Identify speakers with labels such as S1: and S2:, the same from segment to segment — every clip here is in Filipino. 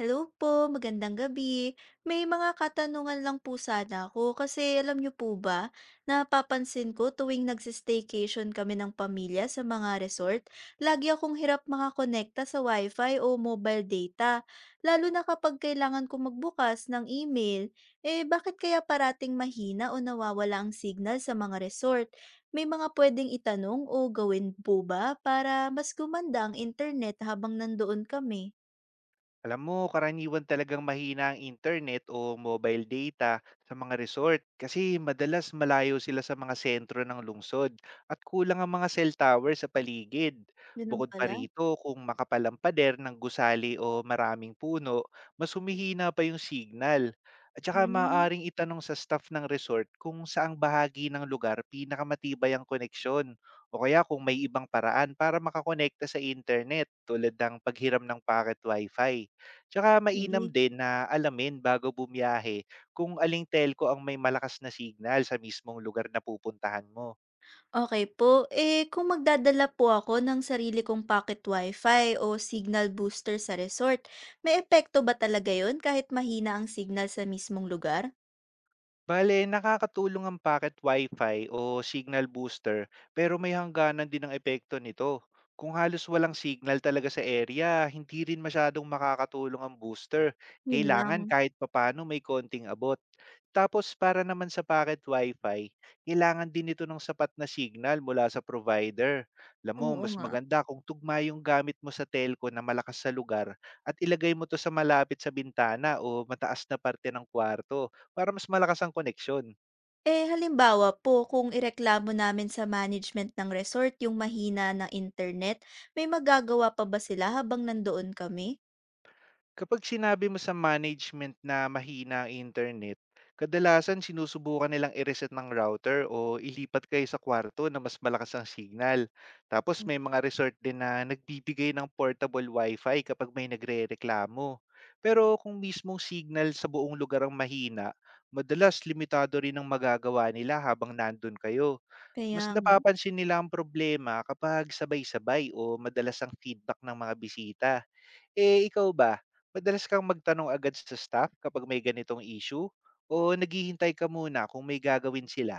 S1: Hello po, magandang gabi. May mga katanungan lang po sana ako kasi alam niyo po ba, napapansin ko tuwing kami ng pamilya sa mga resort, lagi akong hirap makakonekta sa wifi o mobile data, lalo na kapag kailangan kong magbukas ng email. Eh bakit kaya parating mahina o nawawala ang signal sa mga resort? May mga pwedeng itanong o gawin po ba para mas gumanda ang internet habang nandoon kami?
S2: Alam mo, karaniwan talagang mahina ang internet o mobile data sa mga resort kasi madalas malayo sila sa mga sentro ng lungsod at kulang ang mga cell tower sa paligid.
S1: Ganun
S2: Bukod pa
S1: pala.
S2: rito, kung makapalampader ng gusali o maraming puno, mas humihina pa yung signal. At saka
S1: Hmm.
S2: maaaring itanong sa staff ng resort kung saang bahagi ng lugar pinakamatibay ang koneksyon o kaya kung may ibang paraan para makakonekta sa internet tulad ng paghiram ng packet wifi. Tsaka mainam
S1: Sige.
S2: din na alamin bago bumiyahe kung aling telco ang may malakas na signal sa mismong lugar na pupuntahan mo.
S1: Okey po. Eh, kung magdadala po ako ng sarili kong pocket wifi o signal booster sa resort, may epekto ba talaga yon kahit mahina ang signal sa mismong lugar?
S2: Bale, nakakatulong ang packet Wi-Fi o signal booster pero may hangganan din ang epekto nito. Kung halos walang signal talaga sa area, hindi rin masyadong makakatulong ang booster.
S1: 'Yun
S2: Kailangan
S1: lang,
S2: kahit papano may konting abot. Tapos para naman sa packet Wi-Fi, kailangan din ito ng sapat na signal mula sa provider. Alam mo,
S1: oo
S2: mas
S1: nga.
S2: maganda kung tugma yung gamit mo sa telco na malakas sa lugar at ilagay mo to sa malapit sa bintana o mataas na parte ng kwarto para mas malakas ang koneksyon.
S1: Eh, halimbawa po kung ireklamo namin sa management ng resort yung mahina na internet, may magagawa pa ba sila habang nandoon kami?
S2: Kapag sinabi mo sa management na mahina ang internet, kadalasan sinusubukan nilang i-reset ng router o ilipat kayo sa kwarto na mas malakas ang signal. Tapos may mga resort din na nagbibigay ng portable wifi kapag may nagre-reklamo. Pero kung mismong signal sa buong lugar ang mahina, madalas limitado rin ang magagawa nila habang nandun kayo.
S1: Kaya
S2: Mas
S1: nga.
S2: napapansin nila ang problema kapag sabay-sabay o madalas ang feedback ng mga bisita. Eh, ikaw ba, madalas kang magtanong agad sa staff kapag may ganitong issue o naghihintay ka muna kung may gagawin sila?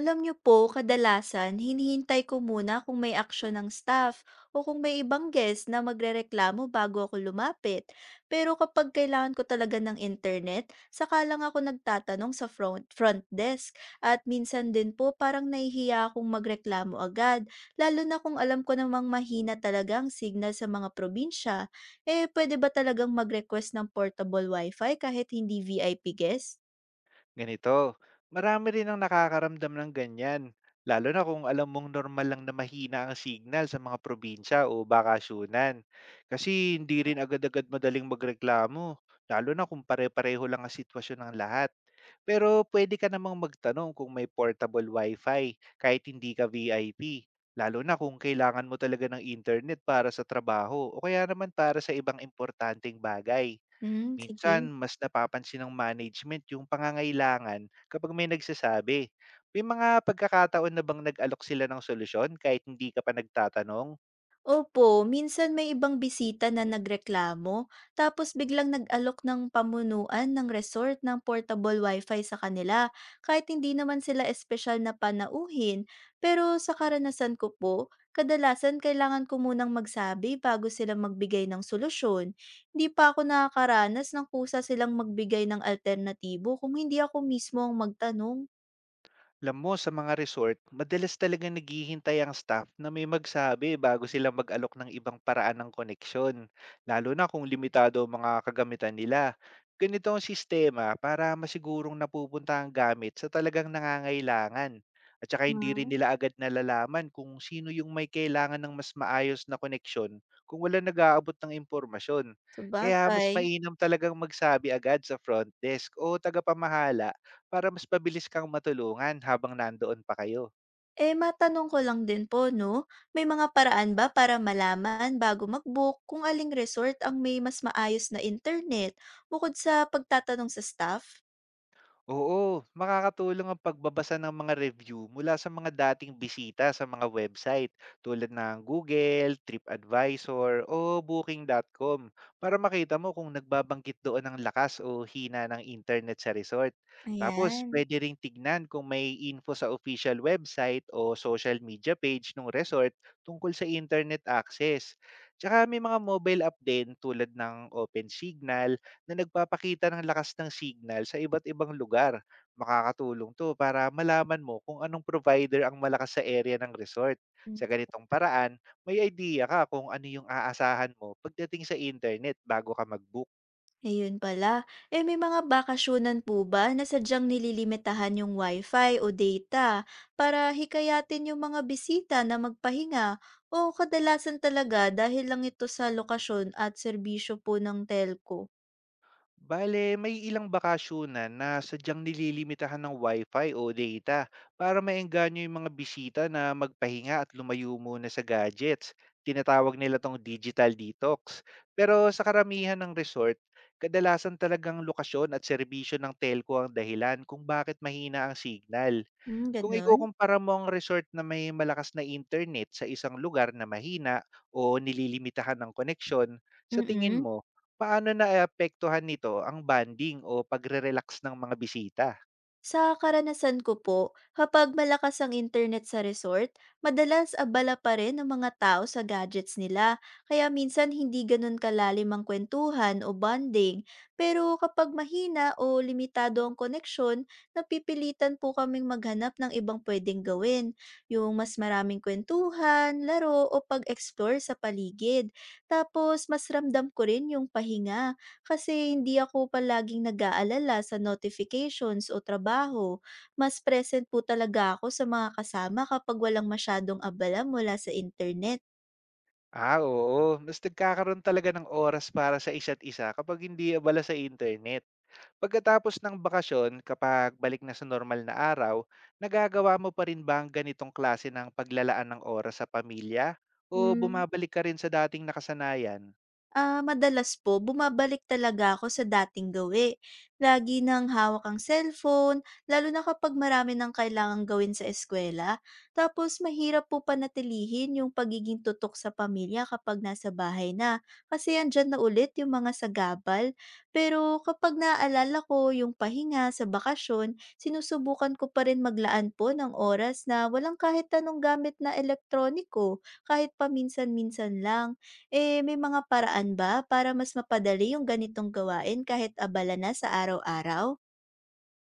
S1: Alam niyo po, kadalasan hinihintay ko muna kung may aksyon ng staff o kung may ibang guest na magrereklamo bago ako lumapit. Pero kapag kailangan ko talaga ng internet, saka lang ako nagtatanong sa front desk. At minsan din po parang nahihiya akong magreklamo agad, lalo na kung alam ko namang mahina talaga ang signal sa mga probinsya. Eh, pwede ba talagang mag-request ng portable wifi kahit hindi VIP guest?
S2: Ganito, marami rin ang nakakaramdam ng ganyan, lalo na kung alam mong normal lang na mahina ang signal sa mga probinsya o bakasyunan. Kasi hindi rin agad-agad madaling magreklamo, lalo na kung pare-pareho lang ang sitwasyon ng lahat. Pero pwede ka namang magtanong kung may portable wifi kahit hindi ka VIP, lalo na kung kailangan mo talaga ng internet para sa trabaho o kaya naman para sa ibang importanteng bagay.
S1: Hmm.
S2: Minsan
S1: Sige.
S2: mas napapansin ng management yung pangangailangan kapag may nagsasabi. May mga pagkakataon na bang nag-alok sila ng solusyon kahit hindi ka pa nagtatanong?
S1: Opo, minsan may ibang bisita na nagreklamo tapos biglang nag-alok ng pamunuan ng resort ng portable wifi sa kanila kahit hindi naman sila espesyal na panauhin. Pero sa karanasan ko po, kadalasan kailangan ko munang magsabi bago sila magbigay ng solusyon. Hindi pa ako nakakaranas ng kusa silang magbigay ng alternatibo kung hindi ako mismo ang magtanong.
S2: Alam mo sa mga resort, madalas talaga naghihintay ang staff na may magsabi bago sila mag-alok ng ibang paraan ng koneksyon, lalo na kung limitado ang mga kagamitan nila. Ganito ang sistema para masigurong napupunta ang gamit sa talagang nangangailangan. At saka hindi rin
S1: Hmm.
S2: nila agad nalalaman kung sino yung may kailangan ng mas maayos na koneksyon kung wala nag-aabot ng impormasyon. Kaya mas
S1: Sabagay.
S2: mainam talagang magsabi agad sa front desk o tagapamahala para mas mabilis kang matulungan habang nandoon pa kayo.
S1: Eh, matanong ko lang din po, no? May mga paraan ba para malaman bago mag-book kung aling resort ang may mas maayos na internet bukod sa pagtatanong sa staff?
S2: Oo, makakatulong ang pagbabasa ng mga review mula sa mga dating bisita sa mga website tulad ng Google, TripAdvisor o Booking.com para makita mo kung nagbabangkit doon ng lakas o hina ng internet sa resort. Tapos,
S1: Ayan.
S2: pwede ring tignan kung may info sa official website o social media page ng resort tungkol sa internet access. Tsaka may mga mobile app din tulad ng OpenSignal na nagpapakita ng lakas ng signal sa iba't ibang lugar. Makakatulong 'to para malaman mo kung anong provider ang malakas sa area ng resort.
S1: Mm.
S2: Sa ganitong paraan, may idea ka kung ano yung aasahan mo pagdating sa internet bago ka mag-book.
S1: Ayun pala. Eh, may mga bakasyonan po ba na sadyang nililimitahan yung wifi o data para hikayatin yung mga bisita na magpahinga o kadalasan talaga dahil lang ito sa lokasyon at serbisyo po ng telco?
S2: Bale, may ilang bakasyunan na sadyang nililimitahan ng wifi o data para maengganyo yung mga bisita na magpahinga at lumayo muna sa gadgets. Tinatawag nila tong digital detox. Pero sa karamihan ng resort, kadalasan talagang lokasyon at serbisyo ng telco ang dahilan kung bakit mahina ang signal.
S1: Hmm,
S2: Kung
S1: ganun?
S2: ikukumpara mo ang resort na may malakas na internet sa isang lugar na mahina o nililimitahan ng koneksyon, sa tingin
S1: Mm.
S2: mo, paano naaapektuhan nito ang banding o pagre-relax ng mga bisita?
S1: Sa karanasan ko po, kapag malakas ang internet sa resort, madalas abala pa rin ang mga tao sa gadgets nila, kaya minsan hindi ganun kalalim ang kwentuhan o bonding. Pero kapag mahina o limitado ang koneksyon, napipilitan po kaming maghanap ng ibang pwedeng gawin, yung mas maraming kwentuhan, laro o pag-explore sa paligid. Tapos mas ramdam ko rin yung pahinga kasi hindi ako palaging nag-aalala sa notifications o trabaho. Mas present po talaga ako sa mga kasama kapag walang masyadong abala mula sa internet.
S2: Ah, oo. Mas nagkakaroon talaga ng oras para sa isa't isa kapag hindi abala sa internet. Pagkatapos ng bakasyon, kapag balik na sa normal na araw, nagagawa mo pa rin ba ang ganitong klase ng paglalaan ng oras sa pamilya? O
S1: Mm.
S2: bumabalik ka rin sa dating nakasanayan?
S1: Ah, madalas po bumabalik talaga ako sa dating gawi. Lagi nang hawak ang cellphone, lalo na kapag marami nang kailangang gawin sa eskwela. Tapos mahirap po panatilihin yung pagiging tutok sa pamilya kapag nasa bahay na, kasi andyan na ulit yung mga sagabal. Pero kapag naaalala ko yung pahinga sa bakasyon, sinusubukan ko pa rin maglaan po ng oras na walang kahit anong gamit na elektroniko, kahit paminsan-minsan lang. Eh, may mga paraan ba para mas mapadali yung ganitong gawain kahit abala na sa araw-araw?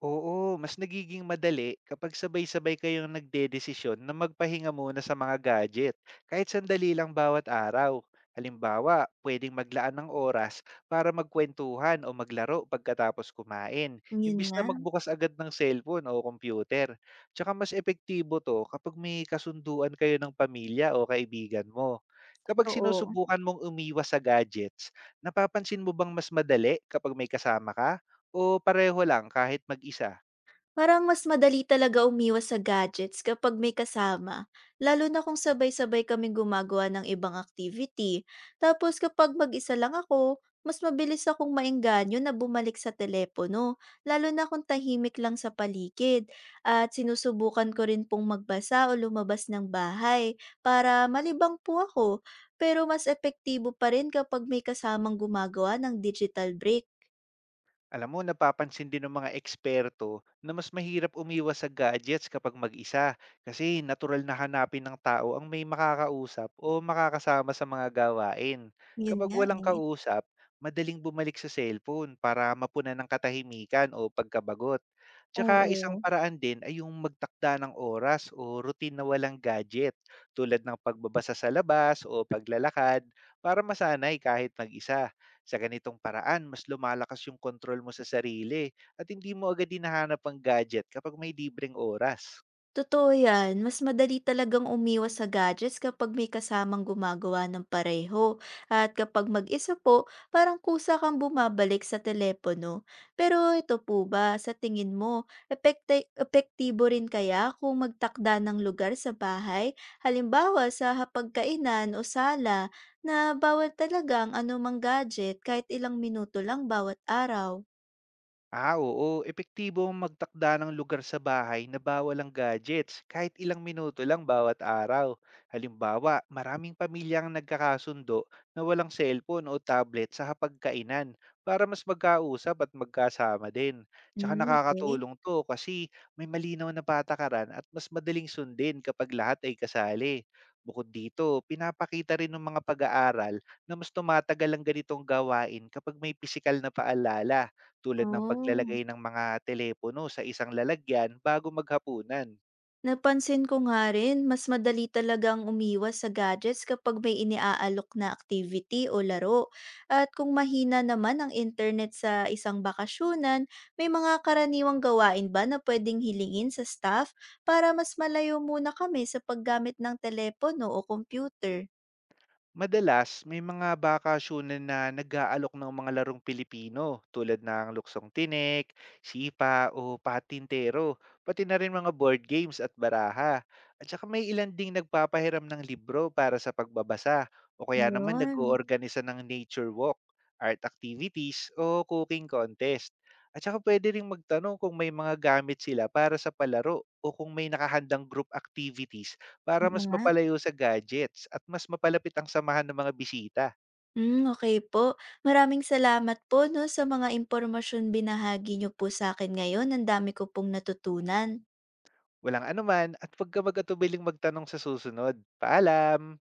S2: Oo, mas nagiging madali kapag sabay-sabay kayong nagdedesisyon na magpahinga muna sa mga gadget, kahit sandali lang bawat araw. Halimbawa, pwedeng maglaan ng oras para magkwentuhan o maglaro pagkatapos kumain,
S1: Yun
S2: imbis
S1: nga.
S2: na magbukas agad ng cellphone o computer. Tsaka mas epektibo to kapag may kasunduan kayo ng pamilya o kaibigan mo. Kapag
S1: Totoo.
S2: sinusubukan mong umiwas sa gadgets, napapansin mo bang mas madali kapag may kasama ka? O pareho lang kahit mag-isa.
S1: Parang mas madali talaga umiwas sa gadgets kapag may kasama, lalo na kung sabay-sabay kaming gumagawa ng ibang activity. Tapos kapag mag-isa lang ako, mas mabilis akong maengganyo na bumalik sa telepono, lalo na kung tahimik lang sa paligid. At sinusubukan ko rin pong magbasa o lumabas ng bahay para malibang po ako. Pero mas epektibo pa rin kapag may kasamang gumagawa ng digital break.
S2: Alam mo napapansin din ng mga eksperto na mas mahirap umiwas sa gadgets kapag mag-isa kasi natural na hanapin ng tao ang may makakausap o makakasama sa mga gawain.
S1: Yun
S2: Kapag
S1: nga
S2: walang
S1: eh.
S2: kausap, madaling bumalik sa cellphone para mapunan ng katahimikan o pagkabagot. Tsaka isang
S1: Oo.
S2: paraan din ay yung magtakda ng oras o routine na walang gadget tulad ng pagbabasa sa labas o paglalakad para masanay kahit mag-isa. Sa ganitong paraan, mas lumalakas yung kontrol mo sa sarili at hindi mo agad hinahanap ang gadget kapag may libreng oras.
S1: Totoo yan, mas madali talagang umiwas sa gadgets kapag may kasamang gumagawa ng pareho. At kapag mag-isa po, parang kusa kang bumabalik sa telepono. Pero ito po ba, sa tingin mo, epektibo rin kaya kung magtakda ng lugar sa bahay? Halimbawa sa hapagkainan o sala na bawal talagang ang anumang gadget kahit ilang minuto lang bawat araw.
S2: Ah, oo. Epektibo ang magtakda ng lugar sa bahay na bawal ang gadgets kahit ilang minuto lang bawat araw. Halimbawa, maraming pamilya ang nagkakasundo na walang cellphone o tablet sa hapagkainan para mas magkausap at magkasama din. Tsaka
S1: Mm, okay.
S2: nakakatulong to kasi may malinaw na patakaran at mas madaling sundin kapag lahat ay kasali. Bukod dito, pinapakita rin ng mga pag-aaral na mas tumatagal ang ganitong gawain kapag may pisikal na paalala tulad ng
S1: Oh,
S2: paglalagay ng mga telepono sa isang lalagyan bago maghapunan.
S1: napansin ko nga rin, mas madali talagang umiwas sa gadgets kapag may iniaalok na activity o laro. At kung mahina naman ang internet sa isang bakasyonan, may mga karaniwang gawain ba na pwedeng hilingin sa staff para mas malayo muna kami sa paggamit ng telepono o computer?
S2: Madalas, may mga bakasyonan na nag-aalok ng mga larong Pilipino tulad ng luksong tinik, sipa o patintero, pati na rin mga board games at baraha. At saka may ilan ding nagpapahiram ng libro para sa pagbabasa o kaya naman
S1: Yun.
S2: nag-oorganisa ng nature walk, art activities o cooking contest. At saka pwede rin magtanong kung may mga gamit sila para sa palaro o kung may nakahandang group activities para
S1: Oo
S2: mas
S1: nga.
S2: mapalayo sa gadgets at mas mapalapit ang samahan ng mga bisita.
S1: Mm, okay po. Maraming salamat po no, sa mga impormasyon binahagi niyo po sa akin ngayon. Ang dami ko pong natutunan.
S2: Walang anuman at huwag ka magatubiling magtanong sa susunod. Paalam!